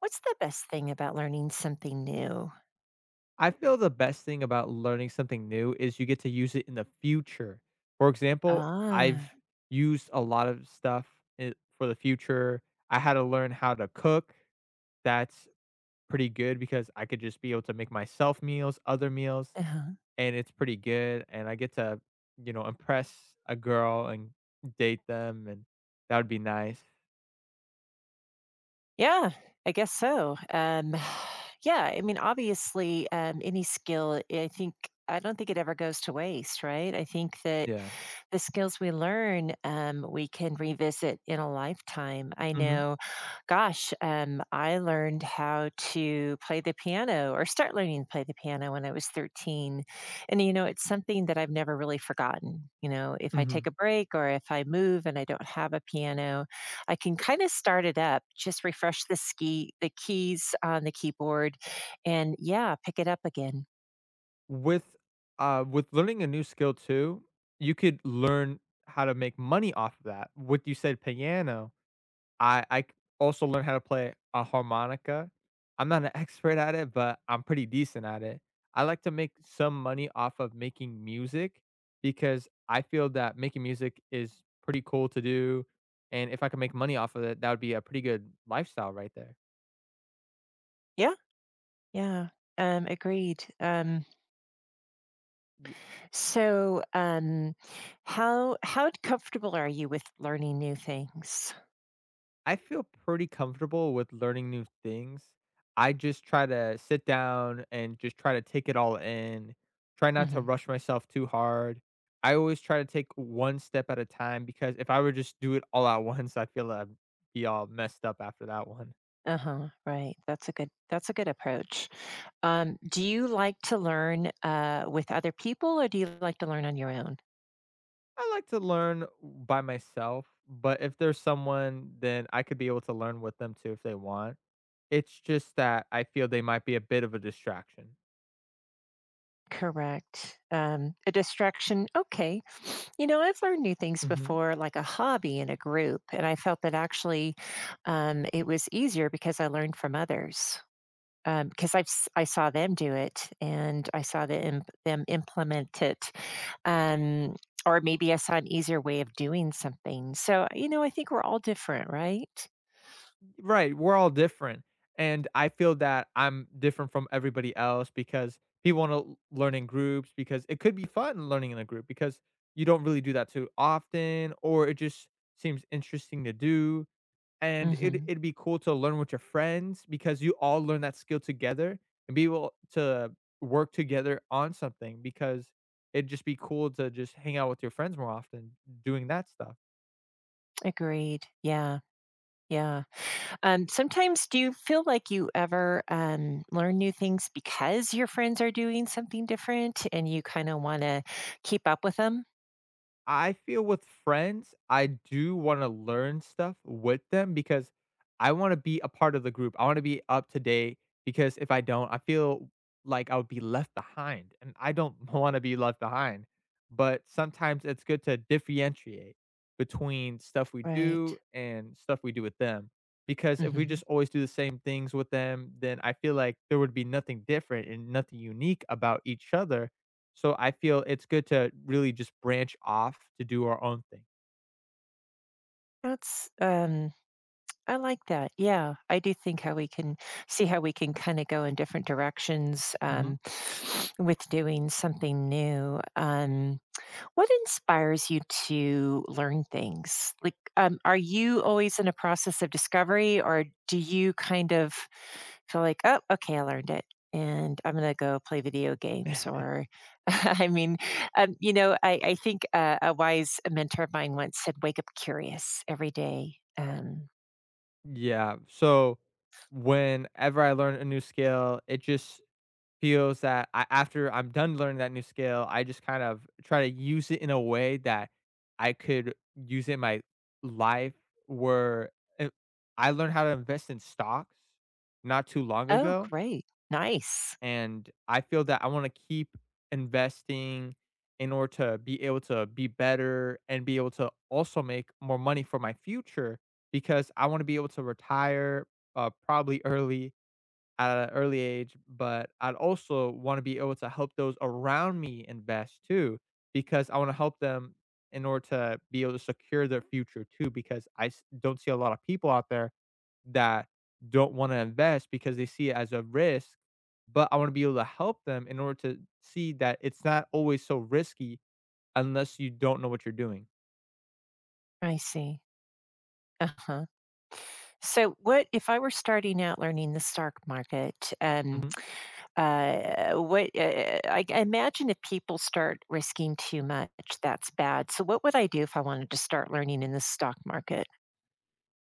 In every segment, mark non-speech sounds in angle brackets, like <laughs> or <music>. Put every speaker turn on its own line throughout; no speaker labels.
What's the best thing about learning something new?
I feel the best thing about learning something new is you get to use it in the future. For example, I've
Ah,
used a lot of stuff I for the future. I had to learn how to cook. That's pretty good because I could just be able to make myself meals, other meals,
uh-huh.
and it's pretty good. And I get to impress a girl and date them, and that would be nice.
Yeah, I guess so. <sighs> Yeah, I mean, obviously, any skill, I think, I don't think it ever goes to waste, right? I think that
Yeah.
the skills we learn, we can revisit in a lifetime. I
Mhm.
know, gosh, I learned how to play the piano or start learning to play the piano when I was 13. And, it's something that I've never really forgotten. If I
Mhm.
take a break or if I move and I don't have a piano, I can kind of start it up, just refresh the the keys on the keyboard and yeah, pick it up again.
With, with learning a new skill too, you could learn how to make money off of that. What you said, piano, I also learned how to play a harmonica. I'm not an <laughs> expert at it, but I'm pretty decent at it. I like to make some money off of making music because I feel that making music is pretty cool to do. And if I could make money off of it, that would be a pretty good lifestyle right there.
Yeah. Yeah. Agreed. So, how comfortable are you with learning new things?
I feel pretty comfortable with learning new things. I just try to sit down and just try to take it all in, try not to
Hmm.
rush myself too hard. I always try to take one step at a time, because if I were just do it all at <laughs> once, I feel I'd be all messed up after that one.
Uh-huh, right. That's a good approach. Do you like to learn with other people or do you like to learn on your own?
I like to learn by myself, but if there's someone, then I could be able to learn with them too if they want. It's just that I feel they might be a bit of a distraction.
Correct. A distraction. Okay. You know, I've learned new things
Mhm.
before, like a hobby in a group, and I felt that actually it was easier because I learned from others. Because I saw them do it, and I saw the implement it, um, or maybe I saw an easier way of doing something. So, you know, I think we're all different, right?
Right, we're all different, and I feel that I'm different from everybody else because people wanna learn in groups, because it could be fun learning in a group, because you don't really do that too often, or it just seems interesting to do, and it
Mhm.
it'd be cool to learn with your friends because you all learn that skill together and be able to work together on something, because it'd just be cool to just hang out with your friends more often doing that stuff.
Agreed. Yeah, yeah. Sometimes do you feel like you ever learn new things because your friends are doing something different and you kind of want to keep up with them?
I feel with friends, I do wanna learn stuff with them because I wanna be a part of the group. I wanna be up to date, because if I don't, I feel like I would be left behind, and I don't <laughs> wanna be left behind. But sometimes it's good to differentiate between stuff we
Right.
do and stuff we do with them. Because if we
Hmm.
just always do the same things with them, then I feel like there would be nothing different and nothing unique about each other. So I feel it's good to really just branch off to do our own thing.
That's, um, I like that. Yeah. I do think how we can see how we can kind of go in different directions
Mhm.
with doing something new. What inspires you to learn things? Like, are you always in a process of discovery, or do you kind of feel like, oh, okay, I learned it, and I'm gonna go play video games?
<laughs>
Or, <laughs> I mean, you know, I think a wise mentor of mine once said, "Wake up curious every day."
Yeah. So whenever I learn a new skill, it just feels that I, after I'm done learning that new skill, I just kind of try to use it in a way that I could use it in my life, where uh, I learned how to invest in stocks not too long
Oh,
ago.
great, nice.
And I feel that I wanna keep investing in order to be able to be better and be able to also make more money for my future, because I wanna be able to retire, probably early, at an early age, but I'd also wanna be able to help those around me invest too, because I wanna help them in order to be able to secure their future too, because I s don't see a lot of people out there that don't wanna invest, because they see it as a risk, but I wanna be able to help them in order to see that it's not always so risky, unless you don't know what you're doing.
I see. Uh huh. So, what if I were starting out learning the stock market?
Mhm.
Uh, what I imagine if people start risking too much, that's bad. So what would I do if I wanted to start learning in the stock market?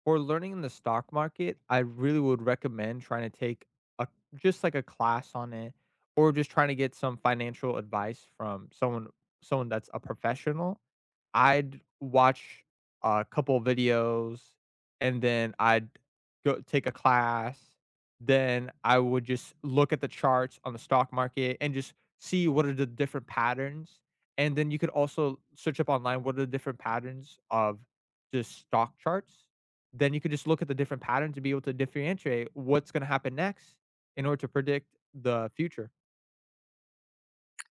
For learning in the stock market, I really would recommend trying to take a just like a class on it, or just trying to get some financial advice from someone that's a professional. I'd watch a couple videos, and then I'd go take a class, then I would just look at the charts on the stock market and just see what are the different patterns, and then you could also search up online what are the different patterns of just stock charts. Then you could just look at the different patterns to be able to differentiate what's gonna happen next, in order to predict the future.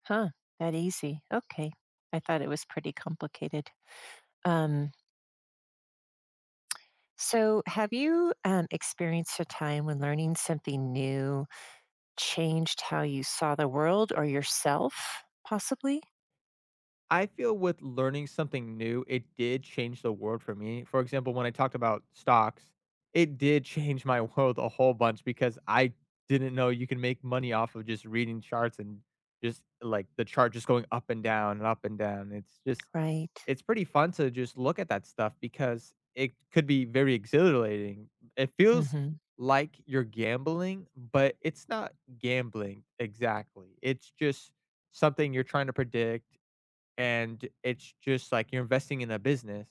Huh, that easy. Okay. I thought it was pretty complicated. Um, so have you experienced a time when learning something new changed how you saw the world or yourself, possibly?
I feel with learning something new, it did change the world for me. For example, when I talked about stocks, it did <laughs> change my world a whole bunch, because I didn't know you can make money off of just reading charts and just like the chart just going up and down and up and down. It's just
Right.
it's pretty fun to just look at that stuff because it could be very exhilarating. It feels
Hmm.
like you're gambling, but it's not gambling exactly. It's just something you're trying to predict, and it's just like you're investing in a business.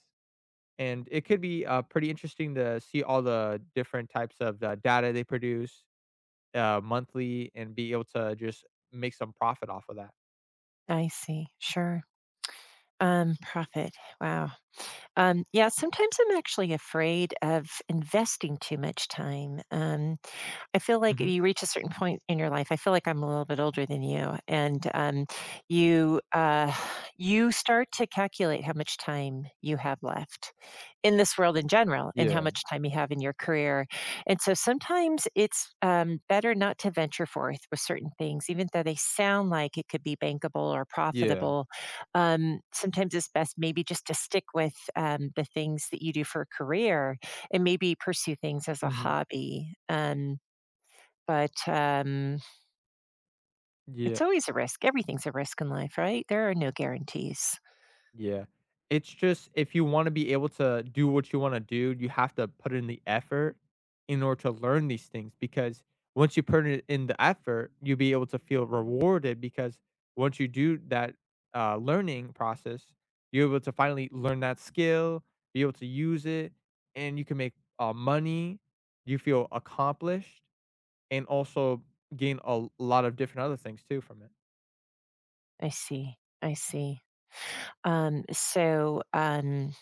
And it could be pretty interesting to see all the different types of data they produce monthly and be able to just make some profit off of that.
I see. Sure. Profit. Wow. Yeah, sometimes I'm actually afraid of investing too much time. I feel like
Hmm.
you reach a certain point in your life. I feel like I'm a little bit older than you, and you <sighs> you start to calculate how much time you have left in this world in general, and how
Yeah.
much time you have in your career. And so sometimes it's better not to venture forth with certain things, even though they sound like it could be bankable or
Yeah.
profitable. Sometimes it's best maybe just to stick with the things that you do for a career, and maybe pursue things as a
Hmm.
hobby. But,
Yeah.
it's always a risk. Everything's a risk in life, right? There are no guarantees.
Yeah. It's just, if you wanna be able to do what you wanna do, you have to put in the effort in order to learn these things, because once you put it in the effort, you'll be able to feel rewarded, because once you do that learning process, you're able to finally learn that skill, be able to use it, and you can make money, you feel accomplished, and also gain a lot of different other things too from it.
I see, I see. So,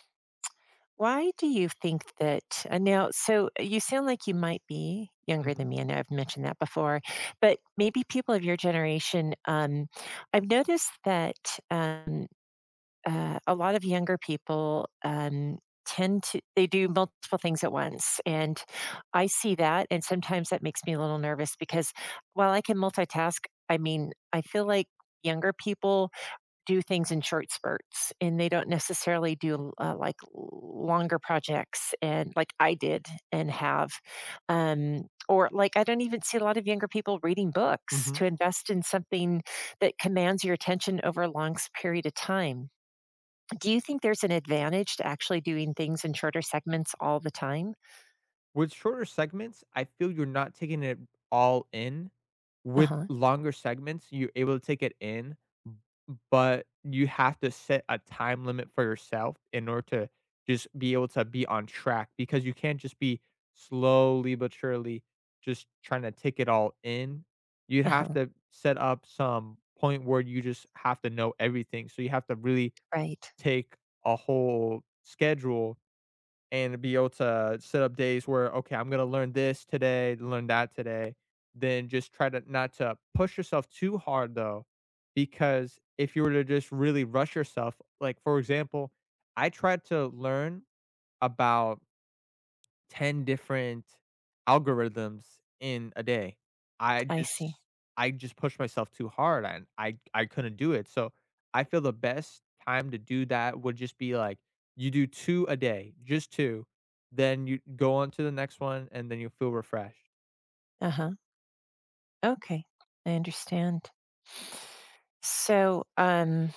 why do you think that now so you sound like you might be younger than
Mhm.
me. I know I've mentioned that before, but maybe people of your generation, I've noticed that, a lot of younger people tend to they do multiple things at once and I see that and sometimes that makes me a little nervous because while I can multitask, I mean, I feel like younger people do things in short spurts and they don't necessarily do like longer projects and like I did and have um or like I don't even see a lot of younger people reading books
Mhm.
to invest in something that commands your attention over a period of time. Do you think there's an advantage to actually doing things in shorter segments all the time?
With shorter segments, I feel you're not taking it all in. With
Uh-huh,
longer segments, you're able to take it in, but you have to set a time limit for yourself in order to just be able to be on track, because you can't just be slowly but surely just trying to take it all in. You'd have
uh-huh,
to set up some point where you just have to know everything. So you have to really
right.
take a whole schedule and be able to set up days where, okay, I'm going to learn this today, learn that today. Then just try to not to push yourself too hard though, because if you were to just really rush yourself, like for example, I tried to learn about 10 different algorithms in a day. I
I see.
just I just pushed myself too hard, and I couldn't do it. So, I feel the best time to do that would just be like, you do 2 a day, just 2, then you go on to the next one, and then you feel refreshed.
Uh-huh. Okay, I understand. So,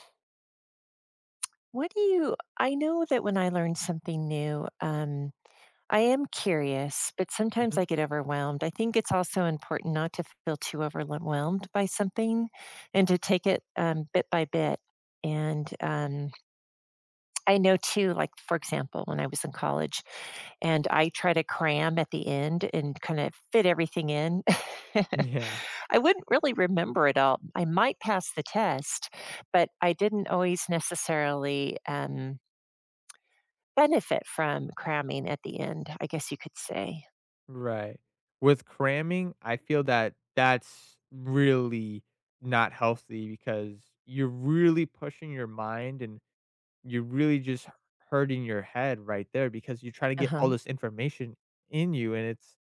what do you I know that when I learn something new, I am curious, but sometimes I
Mhm. <laughs>
get overwhelmed. I think it's also important not to feel too overwhelmed by something and to take it, bit by bit and, um I know too, like, for example, when I was in college and I try to cram at the end and kind of fit everything in, <laughs>
Yeah,
I wouldn't really remember it all. I might pass the test, but I didn't always necessarily benefit from cramming at the end, I guess you could say.
right. With cramming, I feel that that's really not healthy, because you're really pushing your mind, and you're really just hurting your head right there because you're trying to
Uh
get all
huh.
this information in you, and it's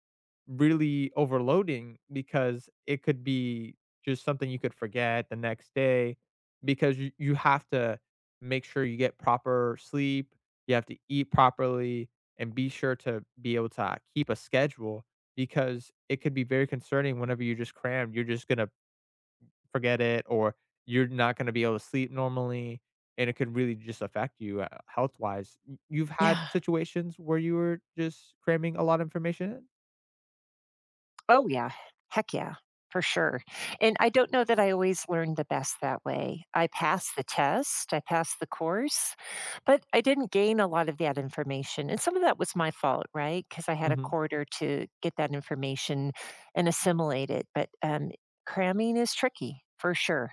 really overloading, because it could be just something you could forget the next day, because you have to make sure you get proper sleep, you have to eat properly, and be sure to be able to keep a schedule, because it could be very concerning, whenever you're just crammed, you're just gonna forget it, or you're not going to be able to sleep normally, and it could really just affect you health-wise. You've had
Yeah.
situations where you were just cramming a lot of information in?
Oh, yeah. Heck yeah, for sure. And I don't know that I always learned the best that way. I passed the test, I passed the course, but I didn't gain a lot of that information. And some of that was my fault, right? Because I had a
Mhm.
quarter to get that information and assimilate it. But cramming is tricky for sure.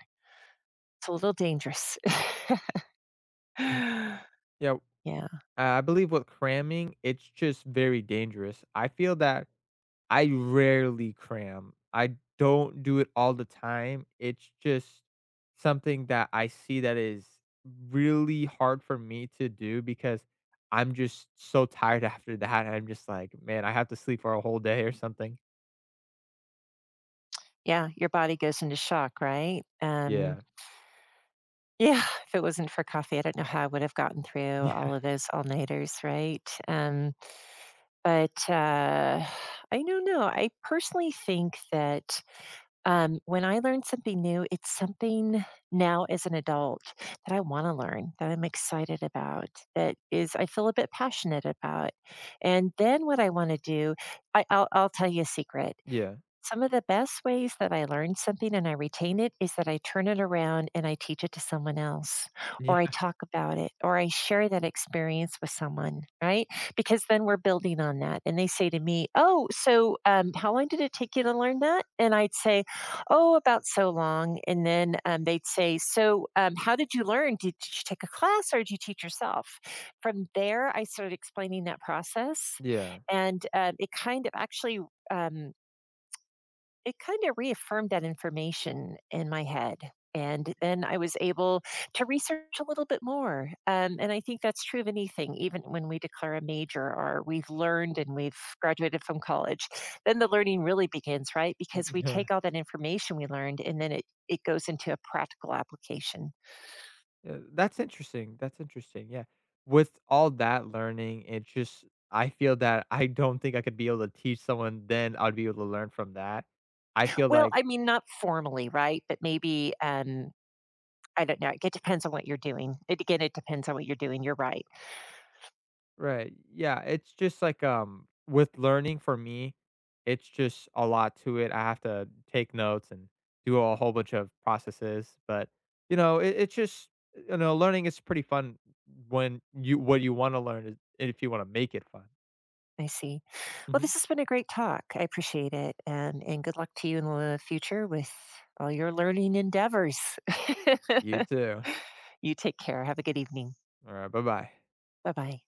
It's a little dangerous. <laughs>
W-
Yeah.
Yeah, I believe with cramming, it's just very dangerous. I feel that I rarely cram. I don't do it all the time. It's just something that I see that is really hard for me to do, because I'm just so tired <laughs> after that. I'm just like, man, I have to sleep for a whole day or something.
Yeah. Your body goes into shock, right?
Yeah.
Yeah, if it wasn't for coffee, I don't know how I would have gotten through all of
<laughs>
those all-nighters, right? But, I don't know, I personally think that, when I learn something new, it's something now as an adult that I wanna learn, that I'm excited about, that is I feel a bit passionate about. And then what I wanna do I'll tell you a secret.
Yeah. Yeah.
Some of the best ways that I learn something and I retain it is that I turn it around and I teach it to someone else, or I
Yeah.
talk about it, or I share that experience with someone, right? Because then we're building on that. And they say to me, oh, so how long did it take you to learn that? And I'd say, oh, about so long. And then they'd say, so how did you learn? Did you take a class or did you teach yourself? From there, I started explaining that process.
Yeah.
And it kind of actually, um, it kind of reaffirmed that information in my head. And then I was able to research a little bit more. And I think that's true of anything, even when we declare a major or we've learned and we've graduated from college, then the learning really begins, right? Because we
Yeah.
take all that information we learned and then it goes into a practical application.
That's interesting. That's interesting. Yeah. With all that learning, it just I feel that I don't think I could be able to teach someone then I'd be able to learn from that. I feel
Well,
like.
I mean, not formally, right? But maybe, I don't know. It depends on what you're doing. It, again, it depends on what you're doing. You're right.
Right. Yeah, it's just like, with learning for me, it's just a lot to it. I have to take notes and do a whole bunch of processes, but it's just learning is pretty fun when you what you wanna learn is if you wanna make it fun.
I see. Well, this
Mhm.
has been a great talk. I appreciate it. And good luck to you in the future with all your learning endeavors.
You too.
<laughs> You take care. Have a good evening.
Alright, bye-bye.
Bye-bye.